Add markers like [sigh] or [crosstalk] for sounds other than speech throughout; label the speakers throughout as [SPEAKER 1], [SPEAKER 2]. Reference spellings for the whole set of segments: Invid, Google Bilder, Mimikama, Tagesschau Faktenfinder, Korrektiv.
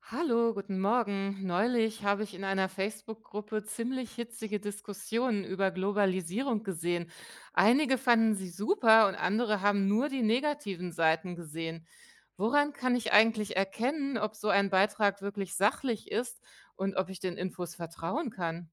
[SPEAKER 1] Hallo, guten Morgen. Neulich habe ich in einer Facebook-Gruppe ziemlich hitzige Diskussionen über Globalisierung gesehen. Einige fanden sie super und andere haben nur die negativen Seiten gesehen. Woran kann ich eigentlich erkennen, ob so ein Beitrag wirklich sachlich ist und ob ich den Infos vertrauen kann?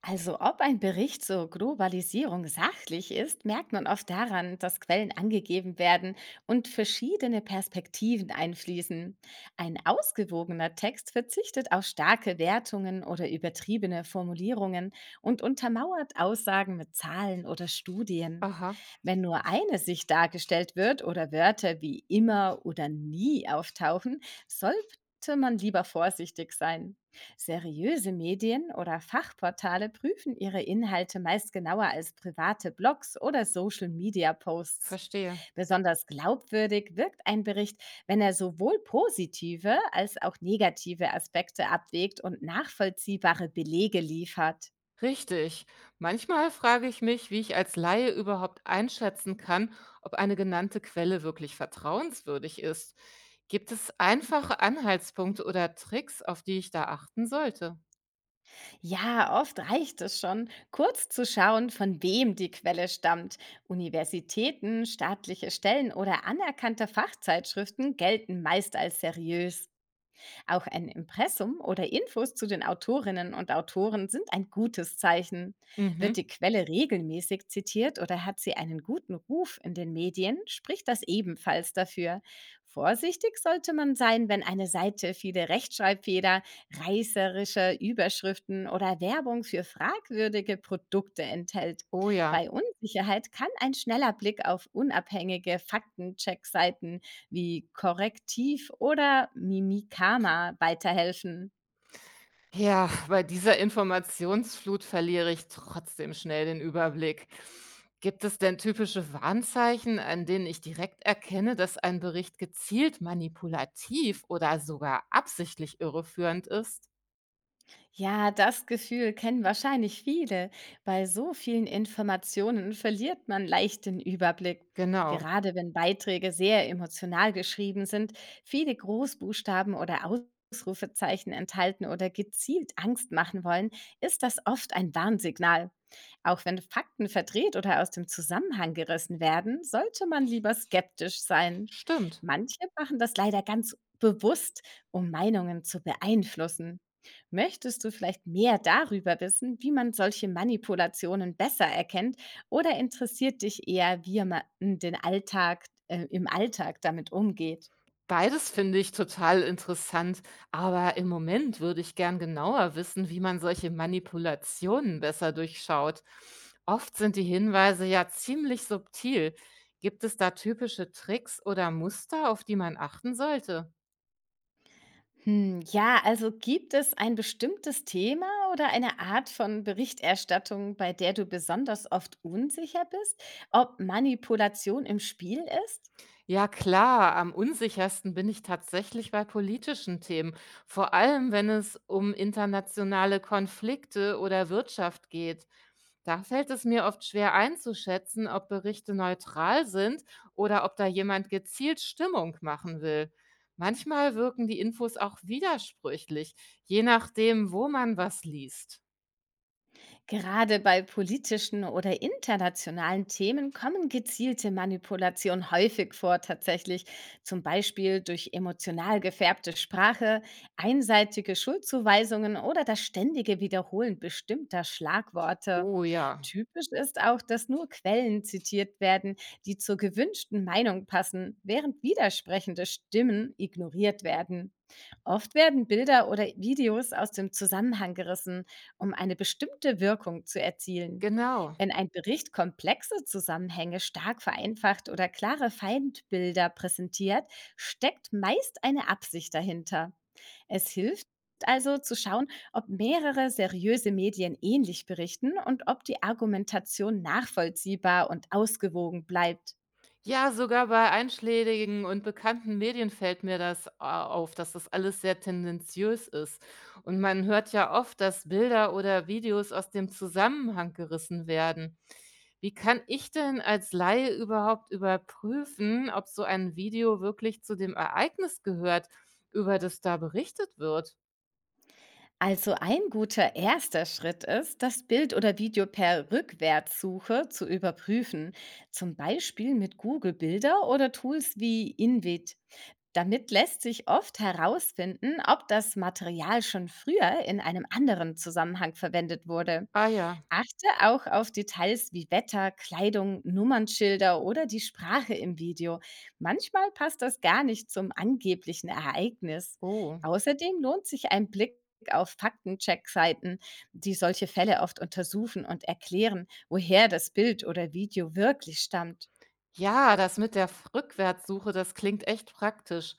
[SPEAKER 2] Also ob ein Bericht zur Globalisierung sachlich ist, merkt man oft daran, dass Quellen angegeben werden und verschiedene Perspektiven einfließen. Ein ausgewogener Text verzichtet auf starke Wertungen oder übertriebene Formulierungen und untermauert Aussagen mit Zahlen oder Studien.
[SPEAKER 1] Aha,
[SPEAKER 2] Wenn nur eine Sicht dargestellt wird oder Wörter wie immer oder nie auftauchen, sollte man lieber vorsichtig sein. Seriöse Medien oder Fachportale prüfen ihre Inhalte meist genauer als private Blogs oder Social-Media-Posts.
[SPEAKER 1] verstehe.
[SPEAKER 2] Besonders glaubwürdig wirkt ein Bericht, wenn er sowohl positive als auch negative Aspekte abwägt und nachvollziehbare Belege liefert.
[SPEAKER 1] Richtig. Manchmal frage ich mich, wie ich als Laie überhaupt einschätzen kann, ob eine genannte Quelle wirklich vertrauenswürdig ist. Gibt es einfache Anhaltspunkte oder Tricks, auf die ich da achten sollte?
[SPEAKER 2] Ja, oft reicht es schon, kurz zu schauen, von wem die Quelle stammt. Universitäten, staatliche Stellen oder anerkannte Fachzeitschriften gelten meist als seriös. Auch ein Impressum oder Infos zu den Autorinnen und Autoren sind ein gutes Zeichen. Wird
[SPEAKER 1] Mhm.
[SPEAKER 2] die Quelle regelmäßig zitiert oder hat sie einen guten Ruf in den Medien, spricht das ebenfalls dafür. Vorsichtig sollte man sein, wenn eine Seite viele Rechtschreibfehler, reißerische Überschriften oder Werbung für fragwürdige Produkte enthält.
[SPEAKER 1] Oh ja.
[SPEAKER 2] Bei Unsicherheit kann ein schneller Blick auf unabhängige Faktencheckseiten wie Korrektiv oder Mimikama weiterhelfen.
[SPEAKER 1] Ja, bei dieser Informationsflut verliere ich trotzdem schnell den Überblick. Gibt es denn typische Warnzeichen, an denen ich direkt erkenne, dass ein Bericht gezielt manipulativ oder sogar absichtlich irreführend ist?
[SPEAKER 2] Ja, das Gefühl kennen wahrscheinlich viele. Bei so vielen Informationen verliert man leicht den Überblick.
[SPEAKER 1] Genau.
[SPEAKER 2] Gerade wenn Beiträge sehr emotional geschrieben sind, viele Großbuchstaben oder Ausrufezeichen enthalten oder gezielt Angst machen wollen, ist das oft ein Warnsignal. Auch wenn Fakten verdreht oder aus dem Zusammenhang gerissen werden, sollte man lieber skeptisch sein.
[SPEAKER 1] Stimmt.
[SPEAKER 2] Manche machen das leider ganz bewusst, um Meinungen zu beeinflussen. Möchtest du vielleicht mehr darüber wissen, wie man solche Manipulationen besser erkennt? Oder interessiert dich eher, wie man den im Alltag damit umgeht?
[SPEAKER 1] Beides finde ich total interessant, aber im Moment würde ich gern genauer wissen, wie man solche Manipulationen besser durchschaut. Oft sind die Hinweise ja ziemlich subtil. Gibt es da typische Tricks oder Muster, auf die man achten sollte?
[SPEAKER 2] Hm, ja, also gibt es ein bestimmtes Thema oder eine Art von Berichterstattung, bei der du besonders oft unsicher bist, ob Manipulation im Spiel ist?
[SPEAKER 1] Ja klar, am unsichersten bin ich tatsächlich bei politischen Themen, vor allem wenn es um internationale Konflikte oder Wirtschaft geht. Da fällt es mir oft schwer einzuschätzen, ob Berichte neutral sind oder ob da jemand gezielt Stimmung machen will. Manchmal wirken die Infos auch widersprüchlich, je nachdem, wo man was liest.
[SPEAKER 2] Gerade bei politischen oder internationalen Themen kommen gezielte Manipulationen häufig vor tatsächlich, zum Beispiel durch emotional gefärbte Sprache, einseitige Schuldzuweisungen oder das ständige Wiederholen bestimmter Schlagworte.
[SPEAKER 1] Oh ja,
[SPEAKER 2] Typisch ist auch, dass nur Quellen zitiert werden, die zur gewünschten Meinung passen, während widersprechende Stimmen ignoriert werden. Oft werden Bilder oder Videos aus dem Zusammenhang gerissen, um eine bestimmte Wirkung zu erzielen.
[SPEAKER 1] genau.
[SPEAKER 2] Wenn ein Bericht komplexe Zusammenhänge stark vereinfacht oder klare Feindbilder präsentiert, steckt meist eine Absicht dahinter. Es hilft also zu schauen, ob mehrere seriöse Medien ähnlich berichten und ob die Argumentation nachvollziehbar und ausgewogen bleibt.
[SPEAKER 1] Ja, sogar bei einschlägigen und bekannten Medien fällt mir das a auf, dass das alles sehr tendenziös ist. Und man hört ja oft, dass Bilder oder Videos aus dem Zusammenhang gerissen werden. Wie kann ich denn als Laie überhaupt überprüfen, ob so ein Video wirklich zu dem Ereignis gehört, über das da berichtet wird?
[SPEAKER 2] Also ein guter erster Schritt ist, das Bild oder Video per Rückwärtssuche zu überprüfen, zum Beispiel mit Google Bilder oder Tools wie Invid. Damit lässt sich oft herausfinden, ob das Material schon früher in einem anderen Zusammenhang verwendet wurde.
[SPEAKER 1] Ah ja,
[SPEAKER 2] Achte auch auf Details wie Wetter, Kleidung, Nummernschilder oder die Sprache im Video. Manchmal passt das gar nicht zum angeblichen Ereignis.
[SPEAKER 1] oh.
[SPEAKER 2] Außerdem lohnt sich ein Blick auf Faktencheck-Seiten, die solche Fälle oft untersuchen und erklären, woher das Bild oder Video wirklich stammt.
[SPEAKER 1] Ja, das mit der F Rückwärtssuche, das klingt echt praktisch.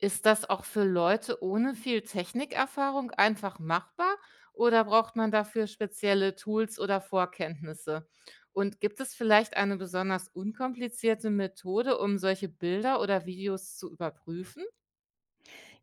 [SPEAKER 1] Ist das auch für Leute ohne viel Technikerfahrung einfach machbar oder braucht man dafür spezielle Tools oder Vorkenntnisse? Und gibt es vielleicht eine besonders unkomplizierte Methode, um solche Bilder oder Videos zu überprüfen?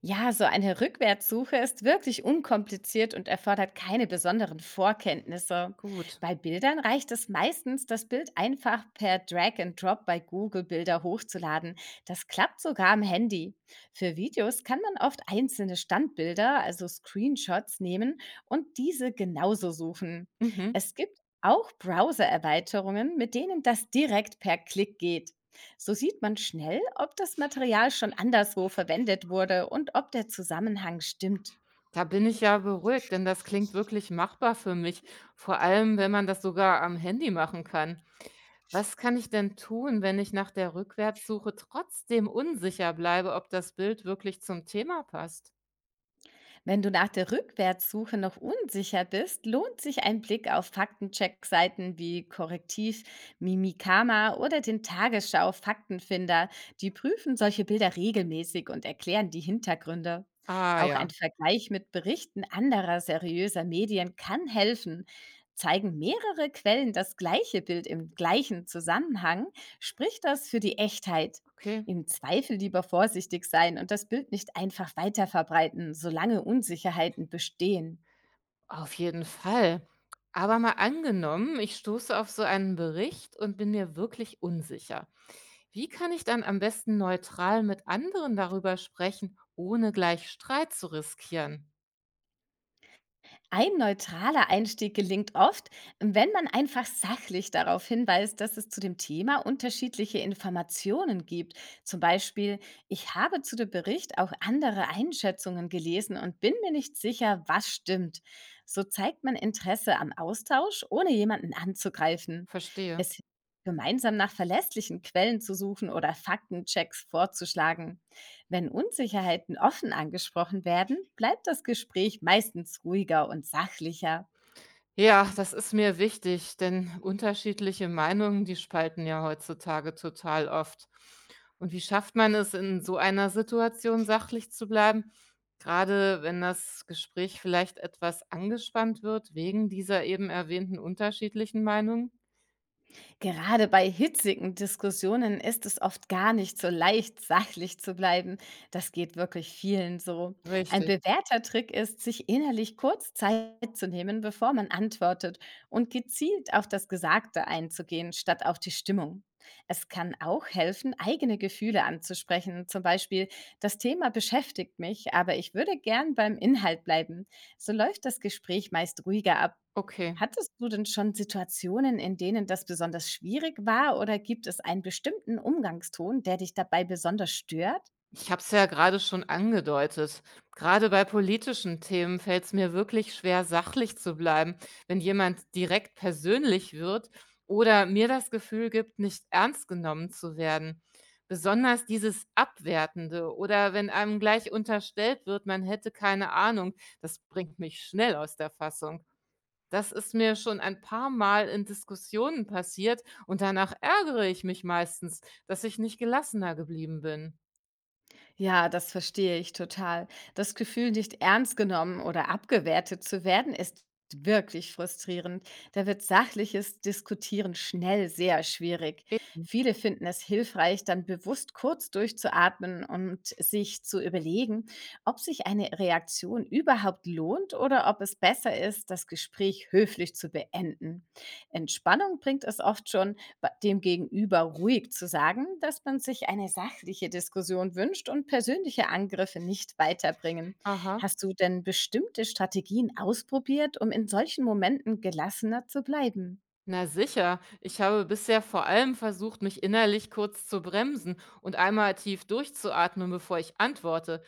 [SPEAKER 2] Ja, so eine Rückwärtssuche ist wirklich unkompliziert und erfordert keine besonderen Vorkenntnisse.
[SPEAKER 1] Gut.
[SPEAKER 2] Bei Bildern reicht es meistens, das Bild einfach per Drag and Drop bei Google Bilder hochzuladen. Das klappt sogar am Handy. Für Videos kann man oft einzelne Standbilder, also Screenshots nehmen und diese genauso suchen.
[SPEAKER 1] Mhm.
[SPEAKER 2] Es gibt auch Browser-Erweiterungen, mit denen das direkt per Klick geht. So sieht man schnell, ob das Material schon anderswo verwendet wurde und ob der Zusammenhang stimmt.
[SPEAKER 1] Da bin ich ja beruhigt, denn das klingt wirklich machbar für mich, vor allem wenn man das sogar am Handy machen kann. Was kann ich denn tun, wenn ich nach der Rückwärtssuche trotzdem unsicher bleibe, ob das Bild wirklich zum Thema passt?
[SPEAKER 2] Wenn du nach der Rückwärtssuche noch unsicher bist, lohnt sich ein Blick auf Faktencheck-Seiten wie Korrektiv, Mimikama oder den Tagesschau Faktenfinder. Die prüfen solche Bilder regelmäßig und erklären die Hintergründe.
[SPEAKER 1] Ah
[SPEAKER 2] Auch ein
[SPEAKER 1] ja,
[SPEAKER 2] Vergleich mit Berichten anderer seriöser Medien kann helfen. Zeigen mehrere Quellen das gleiche Bild im gleichen Zusammenhang, spricht das für die Echtheit.
[SPEAKER 1] okay,
[SPEAKER 2] Im Zweifel lieber vorsichtig sein und das Bild nicht einfach weiter verbreiten, solange Unsicherheiten bestehen.
[SPEAKER 1] auf jeden Fall. Aber mal angenommen, ich stoße auf so einen Bericht und bin mir wirklich unsicher. Wie kann ich dann am besten neutral mit anderen darüber sprechen, ohne gleich Streit zu riskieren?
[SPEAKER 2] Ein neutraler Einstieg gelingt oft, wenn man einfach sachlich darauf hinweist, dass es zu dem Thema unterschiedliche Informationen gibt. Zum Beispiel, ich habe zu dem Bericht auch andere Einschätzungen gelesen und bin mir nicht sicher, was stimmt. So zeigt man Interesse am Austausch, ohne jemanden anzugreifen.
[SPEAKER 1] Verstehe.
[SPEAKER 2] Es hilft, gemeinsam nach verlässlichen Quellen zu suchen oder Faktenchecks vorzuschlagen. Wenn Unsicherheiten offen angesprochen werden, bleibt das Gespräch meistens ruhiger und sachlicher.
[SPEAKER 1] Ja, das ist mir wichtig, denn unterschiedliche Meinungen, die spalten ja heutzutage total oft. Und wie schafft man es, in so einer Situation sachlich zu bleiben, gerade wenn das Gespräch vielleicht etwas angespannt wird wegen dieser eben erwähnten unterschiedlichen Meinungen?
[SPEAKER 2] Gerade bei hitzigen Diskussionen ist es oft gar nicht so leicht, [laughs] sachlich zu bleiben. Das geht wirklich vielen so. Ein
[SPEAKER 1] Richtig.
[SPEAKER 2] bewährter Trick ist, sich innerlich kurz Zeit zu nehmen, bevor man antwortet und gezielt auf das Gesagte einzugehen, statt auf die Stimmung. Es kann auch helfen, eigene Gefühle anzusprechen. Zum Beispiel, das Thema beschäftigt mich, aber ich würde gern beim Inhalt bleiben. So läuft das Gespräch meist ruhiger ab.
[SPEAKER 1] Okay.
[SPEAKER 2] Hattest du denn schon Situationen, in denen das besonders schwierig war oder gibt es einen bestimmten Umgangston, der dich dabei besonders stört?
[SPEAKER 1] Ich habe es ja gerade schon angedeutet. Gerade bei politischen Themen fällt es mir wirklich schwer, sachlich zu bleiben, wenn jemand direkt persönlich wird oder mir das Gefühl gibt, nicht ernst genommen zu werden. Besonders dieses Abwertende oder wenn einem gleich unterstellt wird, man hätte keine Ahnung, das bringt mich schnell aus der Fassung. Das ist mir schon ein paar Mal in Diskussionen passiert und danach ärgere ich mich meistens, dass ich nicht gelassener geblieben bin.
[SPEAKER 2] Ja, das verstehe ich total. Das Gefühl, nicht ernst genommen oder abgewertet zu werden, ist wirklich frustrierend. Da wird sachliches Diskutieren schnell sehr schwierig. Viele finden es hilfreich, dann bewusst kurz durchzuatmen und sich zu überlegen, ob sich eine Reaktion überhaupt lohnt oder ob es besser ist, das Gespräch höflich zu beenden. Entspannung bringt es oft schon, dem Gegenüber ruhig zu sagen, dass man sich eine sachliche Diskussion wünscht und persönliche Angriffe nicht weiterbringen.
[SPEAKER 1] Aha.
[SPEAKER 2] Hast du denn bestimmte Strategien ausprobiert, um in solchen Momenten gelassener zu bleiben?
[SPEAKER 1] Na sicher, ich habe bisher vor allem versucht, mich innerlich kurz zu bremsen und einmal tief durchzuatmen, bevor ich antworte.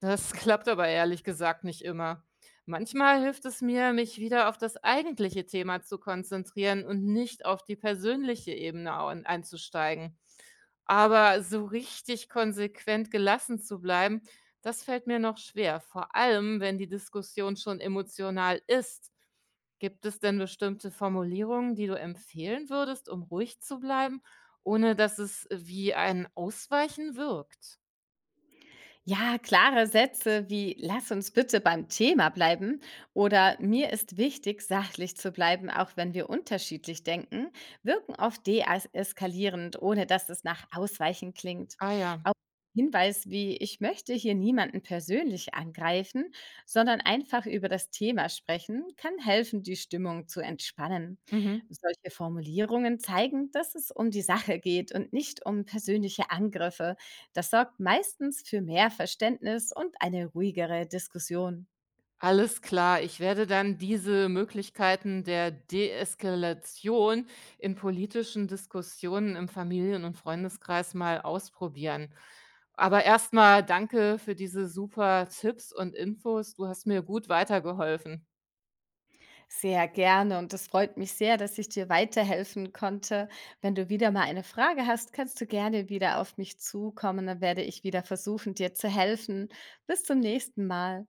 [SPEAKER 1] Das [laughs] klappt aber ehrlich gesagt nicht immer. Manchmal hilft es mir, mich wieder auf das eigentliche Thema zu konzentrieren und nicht auf die persönliche Ebene au- einzusteigen. Aber so richtig konsequent gelassen zu bleiben, das fällt mir noch schwer, vor allem, wenn die Diskussion schon emotional ist. Gibt es denn bestimmte Formulierungen, die du empfehlen würdest, um ruhig zu bleiben, ohne dass es wie ein Ausweichen wirkt?
[SPEAKER 2] Ja, klare Sätze wie lass uns bitte beim Thema bleiben oder mir ist wichtig, sachlich zu bleiben, auch wenn wir unterschiedlich denken, wirken oft deeskalierend, ohne dass es nach Ausweichen klingt.
[SPEAKER 1] Ah ja,
[SPEAKER 2] Auch Hinweis wie ich möchte hier niemanden persönlich angreifen, sondern einfach über das Thema sprechen, kann helfen, die Stimmung zu entspannen.
[SPEAKER 1] mhm.
[SPEAKER 2] Solche Formulierungen zeigen, dass es um die Sache geht und nicht um persönliche Angriffe, das sorgt meistens für mehr Verständnis und eine ruhigere Diskussion.
[SPEAKER 1] Alles klar, ich werde dann diese Möglichkeiten der Deeskalation in politischen Diskussionen im Familien- und Freundeskreis mal ausprobieren. Aber erstmal danke für diese super Tipps und Infos. Du hast mir gut weitergeholfen.
[SPEAKER 2] Sehr gerne und es freut mich sehr, dass ich dir weiterhelfen konnte. Wenn du wieder mal eine Frage hast, kannst du gerne wieder auf mich zukommen. Dann werde ich wieder versuchen, dir zu helfen. Bis zum nächsten Mal.